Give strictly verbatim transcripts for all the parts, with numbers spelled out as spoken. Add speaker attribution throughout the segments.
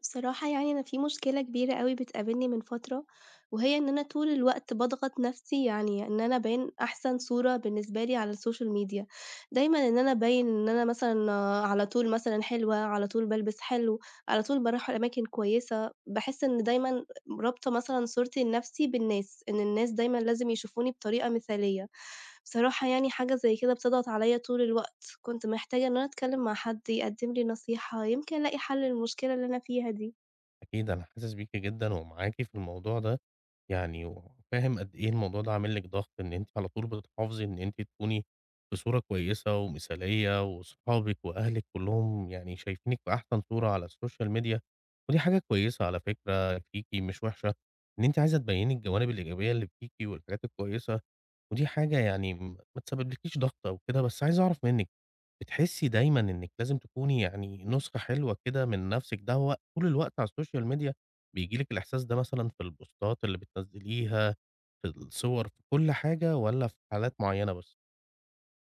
Speaker 1: بصراحة يعني أنا في مشكلة كبيرة أوي بتقابلني من فترة، وهي إن أنا طول الوقت باضغط نفسي يعني إن أنا أبان أحسن صورة بالنسبة لي على السوشيال ميديا، دايمًا إن أنا أبين إن أنا مثلًا آه، على طول مثلًا حلوة، على طول بالبس حلو، على طول باروح أماكن كويسة، باحس إن دايمًا رابطة مثلًا صورتي لنفسي بالناس، إن الناس دايمًا لازم يشوفوني بطريقة مثالية، بصراحة يعني حاجة زي كده بتضغط عليَّ طول الوقت. كنت محتاجة إن أنا أتكلّم مع حد يقدّم لي نصيحة، يمكن ألاقي حل للمشكلة اللي أنا فيها دي.
Speaker 2: أكيد أنا حاسس بيكِ جدًا ومعاكِ في الموضوع ده، يعني وفاهم قد إيه الموضوع ده عامل لِك ضغط، إن أنتِ على طول بتحافظي إن أنتِ تكوني في صورة كويسة ومثالية، وصحابِك وأهلِك كلّهم يعني شايفينِك في أحسن صورة على السوشيال ميديا، ودي حاجة كويسة على فكرة فيكِ مش وحشة، إن أنتِ عايزة تبيّني الجوانب الإيجابية اللي فيكِ والحاجات الكويسة، ودي حاجة يعني م ما تسببلكيش ضغط أو كده، بس عايز أعرف منِّك بتحسي دايمًا إنِّك لازم تكوني يعني نسخة حلوة كده من نَفْسِك، ده هو طول الوقت على السوشيال ميديا بييجي لِك الإحساس ده مثلًا في البوستات اللي بتنزّليها، في الصور، في كل حاجة والّا في حالات معيّنة بس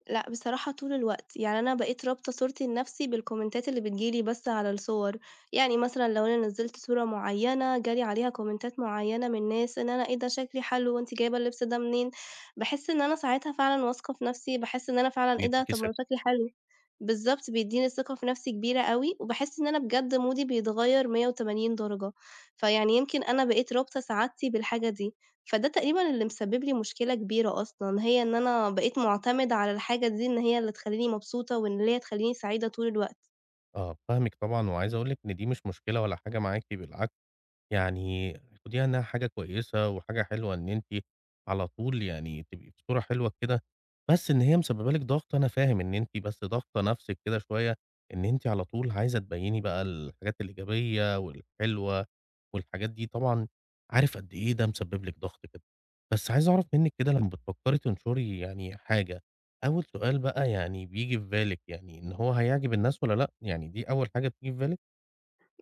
Speaker 1: لأ، بصراحة طول الوقت، يعني أنا بقيت رابطة صورتي لنفسي بالكومنتات اللي بتيجي لي بس على الصور، يعني مثلًا لو أنا نزّلت صورة معيّنة جالي عليها كومنتات معيّنة من ناس إن أنا إيه ده شكلي حلو وأنتِ جايبة اللبس ده منين، باحس إن أنا ساعتها فعلًا واثقة في نفسي، باحس إن أنا فعلًا إيه ده
Speaker 2: بيدّيكِ
Speaker 1: طب ما
Speaker 2: ثقة؟
Speaker 1: أنا شكلي حلو، بالضبط بيدّيني ثقة في نفسي كبيرة أوي، وباحس إن أنا بجد مودي بيتغيّر مية وتمانين درجة، فيعني يمكن أنا بقيت رابطة سعادتي بالحاجة دي. فده تقريبًا اللي مسبب لي مشكلة كبيرة أصلًا، هي إن أنا بقيت مُعتمدة على الحاجة دي إن هي اللي تخلّيني مبسوطة وإن اللي هي تخلّيني سعيدة طول الوقت.
Speaker 2: آه، فاهمِك طبعًا وعايز أقول لِك إن دي مش مشكلة ولا حاجة معاكِ بالعكس. يعني خديها إنها حاجة كويسة وحاجة حلوة إن أنتِ على طول يعني تبقي في صورة حلوة كده، بس إن هي مسببة لِك ضغط أنا فاهم إن أنتِ بس ضاغطة نفسِك كده شوية، إن أنتِ على طول عايزة تبيّني بقى الحاجات الإيجابية والحلوة والحاجات دي، طبعًا عارف قد إيه ده مسبب لِك ضغط كده. بس عايز أعرف منِّك كده لمّا بتفكّري تنشري يعني حاجة، أول سؤال بقى يعني بييجي في بالِك يعني إن هو هيعجب الناس والّا لأ؟ يعني دي أول حاجة بتيجي في بالِك؟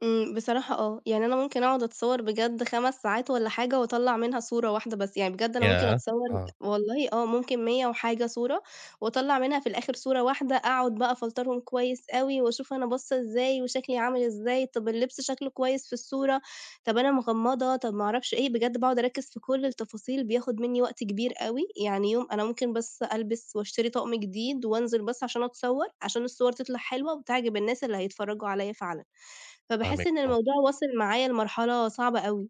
Speaker 1: إمم، بصراحة آه، يعني أنا ممكن أقعد أتصوّر بجد خمس ساعات والّا حاجة وأطلّع منها صورة واحدة بس، يعني بجد أنا ممكن
Speaker 2: ياه!
Speaker 1: أتصوّر
Speaker 2: آه،
Speaker 1: والله آه، ممكن مية وحاجة صورة وأطلّع منها في الآخر صورة واحدة، أقعد بقى أفلترهم كويس أوي وأشوف أنا باصة إزاي وشكلي عامل إزاي، طَب اللبس شكله كويس في الصورة، طَب أنا مغمّضة، طَب ما أعرفش إيه، بجد باقعد أركّز في كل التفاصيل، بياخُد منّي وقت كبير أوي، يعني يوم أنا ممكن بس ألبس وأشتري طقم جديد وأنزل بس عشان أتصوّر، عشان الصور تطلع حلوة وتعجب الناس اللي هيتفرّجوا عليّا فعلًا. فباحس
Speaker 2: فاهمِك،
Speaker 1: إن
Speaker 2: آه.
Speaker 1: الموضوع واصل معايا لمرحلة صعبة أوي.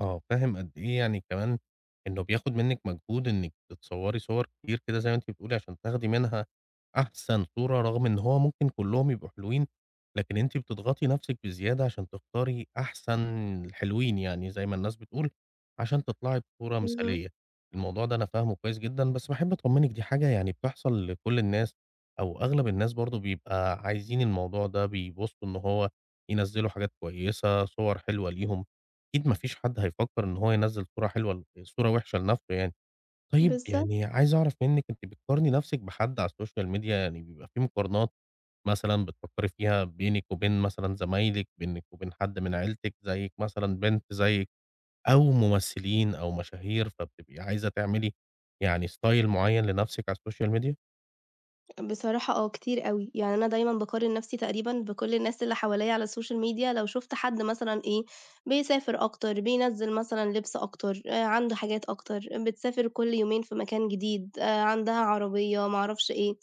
Speaker 2: آه، فاهم قد إيه يعني كمان إنه بياخد منِّك مجهود إنِّك تتصوّري صور كتير كده زي ما أنتِ بتقولي عشان تاخدي منها أحسن صورة، رغم إن هو ممكن كلّهم يبقوا حلوين، لكن أنتِ بتضغطي نَفْسِك بزيادة عشان تختاري أحسن الحلوين يعني زي ما الناس بتقول، عشان تطلعي بصورة
Speaker 1: اهم.
Speaker 2: مثالية. الموضوع ده أنا فاهمه كويس جدًا، بس باحب أطمّنِك دي حاجة يعني بتحصل لكل الناس أو أغلب الناس برضه بيبقى عايزين الموضوع ده، بيبصوا إن هو ينزّلوا حاجات كويسة، صور حلوة ليهم. أكيد ما فيش حد هيفكّر إن هو ينزّل صورة حلوة ل صورة وِحشة لنَفْسه يعني. طيب
Speaker 1: بالضبط.
Speaker 2: يعني عايز أعرف منِّك أنتِ بتقارني نَفْسِك بحد على السوشيال ميديا؟ يعني بيبقى في مقارنات مثلًا بتفكّري فيها بينِك وبين مثلًا زمايلِك، بينِك وبين حد من عيلتِك زيِّك مثلًا، بنت زيِّك أو ممثلين أو مشاهير، فبتبقي عايزة تعملي يعني style معيّن لنَفْسِك على السوشيال ميديا؟
Speaker 1: بصراحة آه، كتير أوي. يعني أنا دايمًا باقارن نفسي تقريبًا بكل الناس اللي حواليّا على السوشيال ميديا، لو شُفت حد مثلًا إيه، بيسافر أكتر، بينزّل مثلًا لبس أكتر، آآ عنده حاجات أكتر، بتسافر كل يومين في مكان جديد، آآ عندها عربية، ما أعرفش إيه.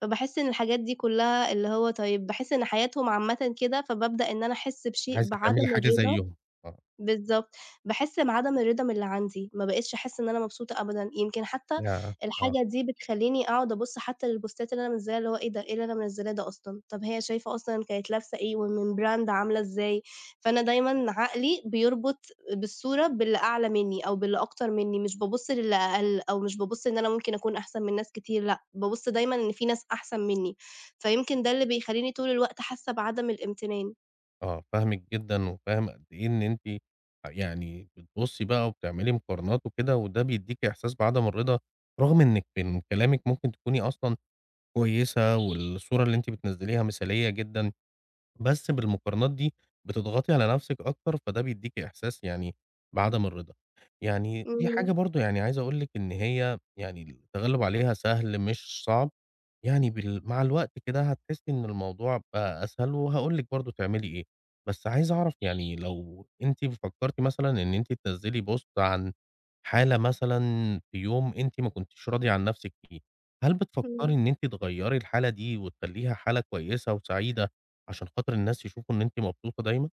Speaker 1: فباحس إن الحاجات دي كلّها اللي هو طيب باحس إن حياتهم عامةً كده، فبابدأ إن أنا أحس بشيء
Speaker 2: عايزة
Speaker 1: بعدم
Speaker 2: تعملي حاجة
Speaker 1: الرضا
Speaker 2: زيّهم. آه.
Speaker 1: بالضبط، باحس بعدم الرضا من اللي عندي، ما بقيتش أحس إن أنا مبسوطة أبدًا، يمكن حتى
Speaker 2: ياه! آه.
Speaker 1: الحاجة دي بتخلّيني أقعد أبُص حتى للبوستات اللي أنا منزّلاها اللي هو إيه ده، إيه اللي أنا منزّلاه ده أصلًا، طب هي شايفة أصلًا كانت لابسة إيه ومن brand عاملة إزاي، فأنا دايمًا عقلي بيربط بالصورة باللي أعلى منّي أو باللي أكتر منّي، مش بابُص للي أقل أو مش بابُص إن أنا ممكن أكون أحسن من ناس كتير، لأ، بابُص دايمًا إن في ناس أحسن منّي، فيمكن ده اللي بيخلّيني طول الوقت حاسة بعدم الامتنان.
Speaker 2: آه، فاهمِك جدًا، وفاهم قد إيه إن أنتِ يعني بتبُصّي بقى وبتعملي مقارنات وكده، وده بيدّيكِ إحساس بعدم الرضا، رغم إنِّك من كلامِك ممكن تكوني أصلًا كويسة، والصورة اللي أنتِ بتنزّليها مثالية جدًا، بس بالمقارنات دي بتضغطي على نفسِك أكتر، فده بيدّيكِ إحساس يعني بعدم الرضا. يعني دي حاجة
Speaker 1: اهم،
Speaker 2: برضه يعني عايز أقول لِك إن هي يعني التغلب عليها سهل مش صعب، يعني بال مع الوقت كده هتحسّي إن الموضوع بقى أسهل، وهاقول لِك برضه تعملي إيه. بس عايز أعرف يعني لو أنتِ فكّرتِ مثلًا إن أنتِ تنزّلي بوست عن حالة مثلًا في يوم أنتِ ما كنتيش راضية عن نفسِك فيه، هل
Speaker 1: إمم.
Speaker 2: بتفكّري إن أنتِ تغيّري الحالة دي وتخلّيها حالة كويسة وسعيدة؟ عشان خاطر الناس يشوفوا إن أنتِ مبسوطة دايمًا،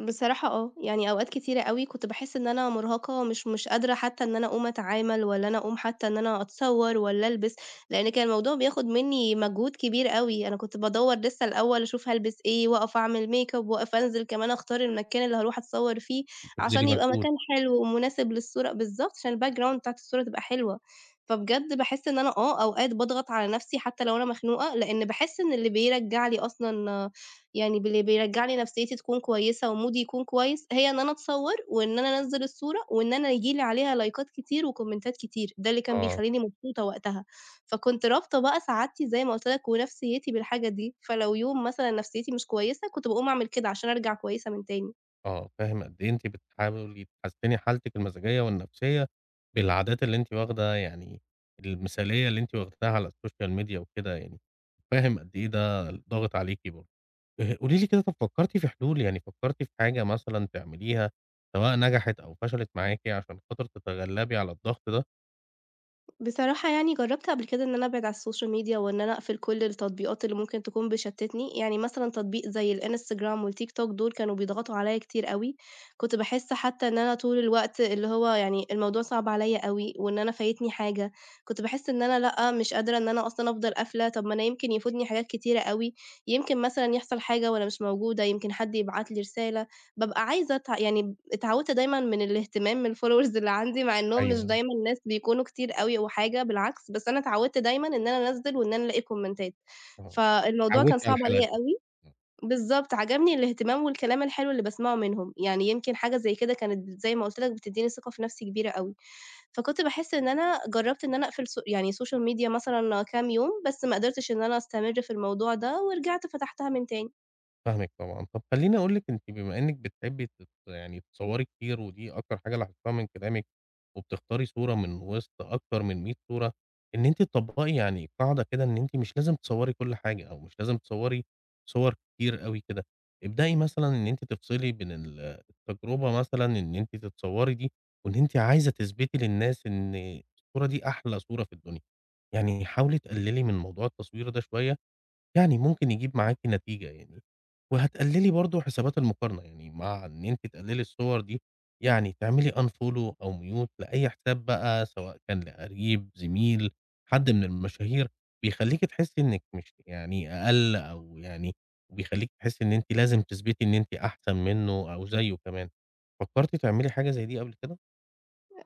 Speaker 1: بصراحة آه، يعني أوقات كتيرة أوي كنت باحس إن أنا مرهقة مش مش قادرة حتى إن أنا أقوم أتعامل والّا أنا أقوم حتى إن أنا أتصوّر والّا ألبس، لإن كان الموضوع بياخد منّي مجهود كبير أوي، أنا كنت بادوّر لسه الأول أشوف هالبس إيه، واقف أعمل makeup واقف أنزل كمان أختار المكان اللي هاروح أتصوّر فيه،
Speaker 2: وبتبذلي
Speaker 1: عشان يبقى
Speaker 2: مجهود
Speaker 1: مكان حلو ومناسب للصورة بالضبط، عشان الbackground بتاعة الصورة تبقى حلوة، فبجد باحس إن أنا آه، أوقات باضغط على نَفْسي حتى لو أنا مخنوقة، لإن باحس إن اللي بيرجّع لي أصلًا يعني باللي بيرجّع لي نفسيتي تكون كويسة ومودي يكون كويس، هي إن أنا أتصوّر وإن أنا أنزّل الصورة وإن أنا ييجي لي عليها لايكات كتير وكومنتات كتير، ده اللي كان
Speaker 2: آه،
Speaker 1: بيخلّيني مبسوطة وقتها. فكنت رابطة بقى سعادتي زي ما قُلت لك ونفسيتي بالحاجة دي، فلو يوم مثلًا نفسيتي مش كويسة، كنت باقوم أعمل كده عشان أرجع كويسة من تاني.
Speaker 2: آه، فاهم قد إيه أنتِ بتحاولي تحسّني حالتِك المزاجية والنفسية بالعادات اللي أنتِ واخدة يعني المثالية اللي أنتِ واخداها على السوشيال ميديا وكده يعني، فاهم قد إيه ده ضاغط عليكِ برضه. آآ قولي لي كده طَب فكّرتِ في حلول، يعني فكّرتِ في حاجة مثلًا تعمليها سواء نجحت أو فشلت معاكِ عشان خاطر تتغلّبي على الضغط ده؟
Speaker 1: بصراحة يعني جرّبت قبل كده إن أنا أبعد عن السوشيال ميديا وإن أنا أقفل كل التطبيقات اللي ممكن تكون بتشتّتني، يعني مثلًا تطبيق زي الإنستجرام والتيك توك دول كانوا بيضغطوا عليّا كتير أوي، كنت باحس حتى إن أنا طول الوقت اللي هو يعني الموضوع صعب عليّا أوي وإن أنا فايتني حاجة، كنت باحس إن أنا لأ، مش قادرة إن أنا أصلًا أفضل قافلة، طب ما أنا يمكن يفوتني حاجات كتيرة أوي، يمكن مثلًا يحصل حاجة وأنا مش موجودة، يمكن حد يبعت لي رسالة. بابقى عايزة أتع يعني اتعودت دايمًا من الاهتمام من الfollowers اللي عندي، مع إنّهم مش
Speaker 2: أيوه،
Speaker 1: دايمًا ناس بيكونوا كتير أوي أو حاجة، بالعكس، بس أنا اتعودت دايمًا إن أنا أنزّل وإن أنا ألاقي كومنتات،
Speaker 2: آه،
Speaker 1: فالموضوع كان
Speaker 2: اتعوّدتِ على
Speaker 1: صعب
Speaker 2: الحالة
Speaker 1: عليَّ
Speaker 2: دي.
Speaker 1: أوي بالضبط، عجبني الاهتمام والكلام الحلو اللي باسمعه منهم، يعني يمكن حاجة زي كده كانت زي ما قُلت لك بتدّيني ثقة في نفسي كبيرة أوي، فكنت باحس إن أنا جرّبت إن أنا أقفل سو يعني social media مثلًا كام يوم، بس ما قدرتش إن أنا أستمر في الموضوع ده، ورجعت فتحتها من تاني.
Speaker 2: فاهمِك طبعًا. طب خلّيني أقول لِك أنتِ بما إنِّك بتحبّي تت يعني تتصوّري كتير ودي أكتر حاجة لاحظتها من كلامِك، وبتختاري صورة من وسط أكتر من مئة صورة، إن أنتِ تطبّقي يعني قاعدة كده إن أنتِ مش لازم تصوّري كل حاجة، أو مش لازم تصوّري صور كتير أوي كده. ابدئي مثلًا إن أنتِ تفصلي بين ال التجربة مثلًا إن أنتِ تتصوّري دي، وإن أنتِ عايزة تثبتي للناس إن الصورة دي أحلى صورة في الدنيا. يعني حاولي تقلّلي من موضوع التصوير ده شوية، يعني ممكن يجيب معاكِ نتيجة يعني، وهتقللي برضه حسابات المقارنة، يعني مع إن أنتِ تقللي الصور دي، يعني تعملي unfollow أو mute لأي حساب بقى سواء كان لقريب، زميل، حد من المشاهير، بيخلّيكِ تحسّي إنِّك مش يعني أقل أو يعني وبيخلّيكِ تحسّي إن أنتِ لازم تثبتي إن أنتِ أحسن منّه أو زيّه كمان. فكّرتِ تعملي حاجة زي دي قبل كده؟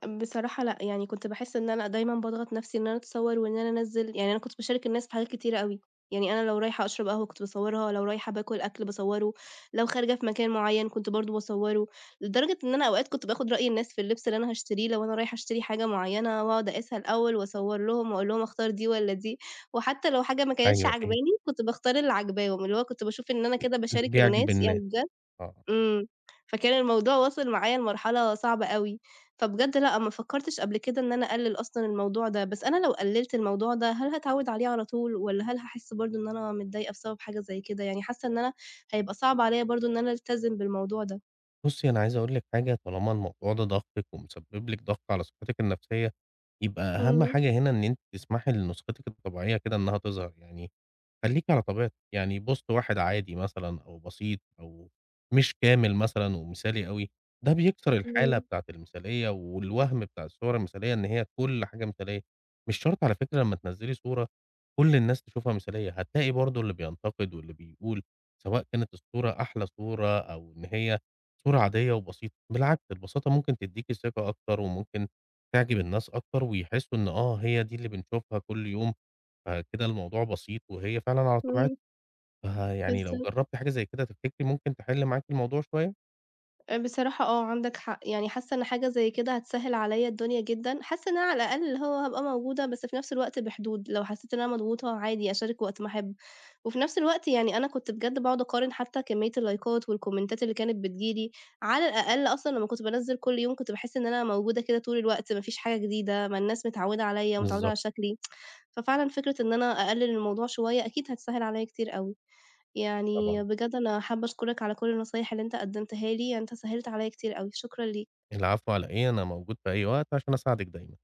Speaker 1: بصراحة لأ، يعني كنت باحس إن أنا دايمًا باضغط نَفْسي إن أنا أتصوّر وإن أنا أنزّل يعني أنا كنت باشارك الناس في حاجات كتيرة أوي، يعني أنا لو رايحة أشرب قهوة كنت باصوّرها، لو رايحة باكل أكل باصوّره، لو خارجة في مكان معيّن كنت برضه باصوّره، لدرجة إن أنا أوقات كنت باخُد رأي الناس في اللبس اللي أنا هاشتريه، لو أنا رايحة أشتري حاجة معيّنة وأقعد أقيسها الأول وأصوّر لهم وأقول لهم أختار دي والّا دي، وحتى لو حاجة ما كانتش
Speaker 2: أيوه، أيوه،
Speaker 1: عاجباني كنت باختار اللي عاجباهم، اللي هو كنت باشوف إن أنا كده باشارك
Speaker 2: بتبيعي
Speaker 1: الناس يعني
Speaker 2: بالناس،
Speaker 1: بجد
Speaker 2: آه.
Speaker 1: إمم، فكان الموضوع واصل معايا لمرحلة صعبة أوي، فبجد لأ، ما فكّرتش قبل كده إن أنا أقلِّل أصلًا الموضوع ده، بس أنا لو قلِّلت الموضوع ده، هل هاتعوّد عليه على طول والّا هل هاحس برضه إن أنا متضايقة بسبب حاجة زي كده؟ يعني حاسة إن أنا هيبقى صعب عليّا برضه إن أنا ألتزم بالموضوع ده.
Speaker 2: بُصّي، أنا عايز أقول لِك حاجة، طالما الموضوع ده ضاغطِك ومسبب لِك ضغط على صحتِك النفسية، يبقى أهم
Speaker 1: إمم،
Speaker 2: حاجة هنا إن أنتِ تسمحي لنسختِك الطبيعية كده إنها تظهر، يعني خلّيكِ على طبيعتِك، يعني بوست واحد عادي مثلًا أو بسيط أو مش كامل مثلًا ومثالي أوي، ده بيكسر الحالة
Speaker 1: إمم،
Speaker 2: بتاعة المثالية والوهم بتاع الصور المثالية إن هي كل حاجة مثالية، مش شرط على فكرة لمّا تنزّلي صورة كل الناس تشوفها مثالية، هتلاقي برضه اللي بينتقد واللي بيقول، سواء كانت الصورة أحلى صورة أو إن هي صورة عادية وبسيطة، بالعكس البساطة ممكن تدّيكِ ثقة أكتر، وممكن تعجب الناس أكتر، ويحسّوا إن آه هي دي اللي بنشوفها كل يوم، فكده الموضوع بسيط وهي فعلًا على طبيعتها،
Speaker 1: إمم،
Speaker 2: فيعني لو
Speaker 1: بالضبط.
Speaker 2: جرّبتِ حاجة زي كده تفتكري ممكن تحل معاكِ الموضوع شوية؟
Speaker 1: آآ بصراحة آه، عندك حق، يعني حاسة إن حاجة زي كده هتسهِّل عليَّ الدنيا جدًا، حاسة إن أنا على الأقل اللي هو هابقى موجودة، بس في نفس الوقت بحدود، لو حسيت إن أنا مضغوطة عادي أشارك وقت ما أحب، وفي نفس الوقت يعني أنا كنت بجد باقعد أقارن حتى كمية اللايكات والكومنتات اللي كانت بتيجي لي، على الأقل أصلًا لمّا كنت بانزِّل كل يوم كنت باحس إن أنا موجودة كده طول الوقت، ما فيش حاجة جديدة، ما الناس متعودة عليَّ ومتعودة على
Speaker 2: بالضبط
Speaker 1: شكلي، ففعلًا فكرة إن أنا أقلِّل الموضوع شوية أكيد هتسهِّل عليَّ كتير أوي. يعني
Speaker 2: طبعًا،
Speaker 1: بجد أنا حابة أشكرك على كل النصايح اللي أنت قدّمتها لي، يعني أنت سهّلت عليّا كتير أوي، شكرًا ليك.
Speaker 2: العفو على إيه، أنا موجود في أي وقت عشان أساعدِك دايمًا.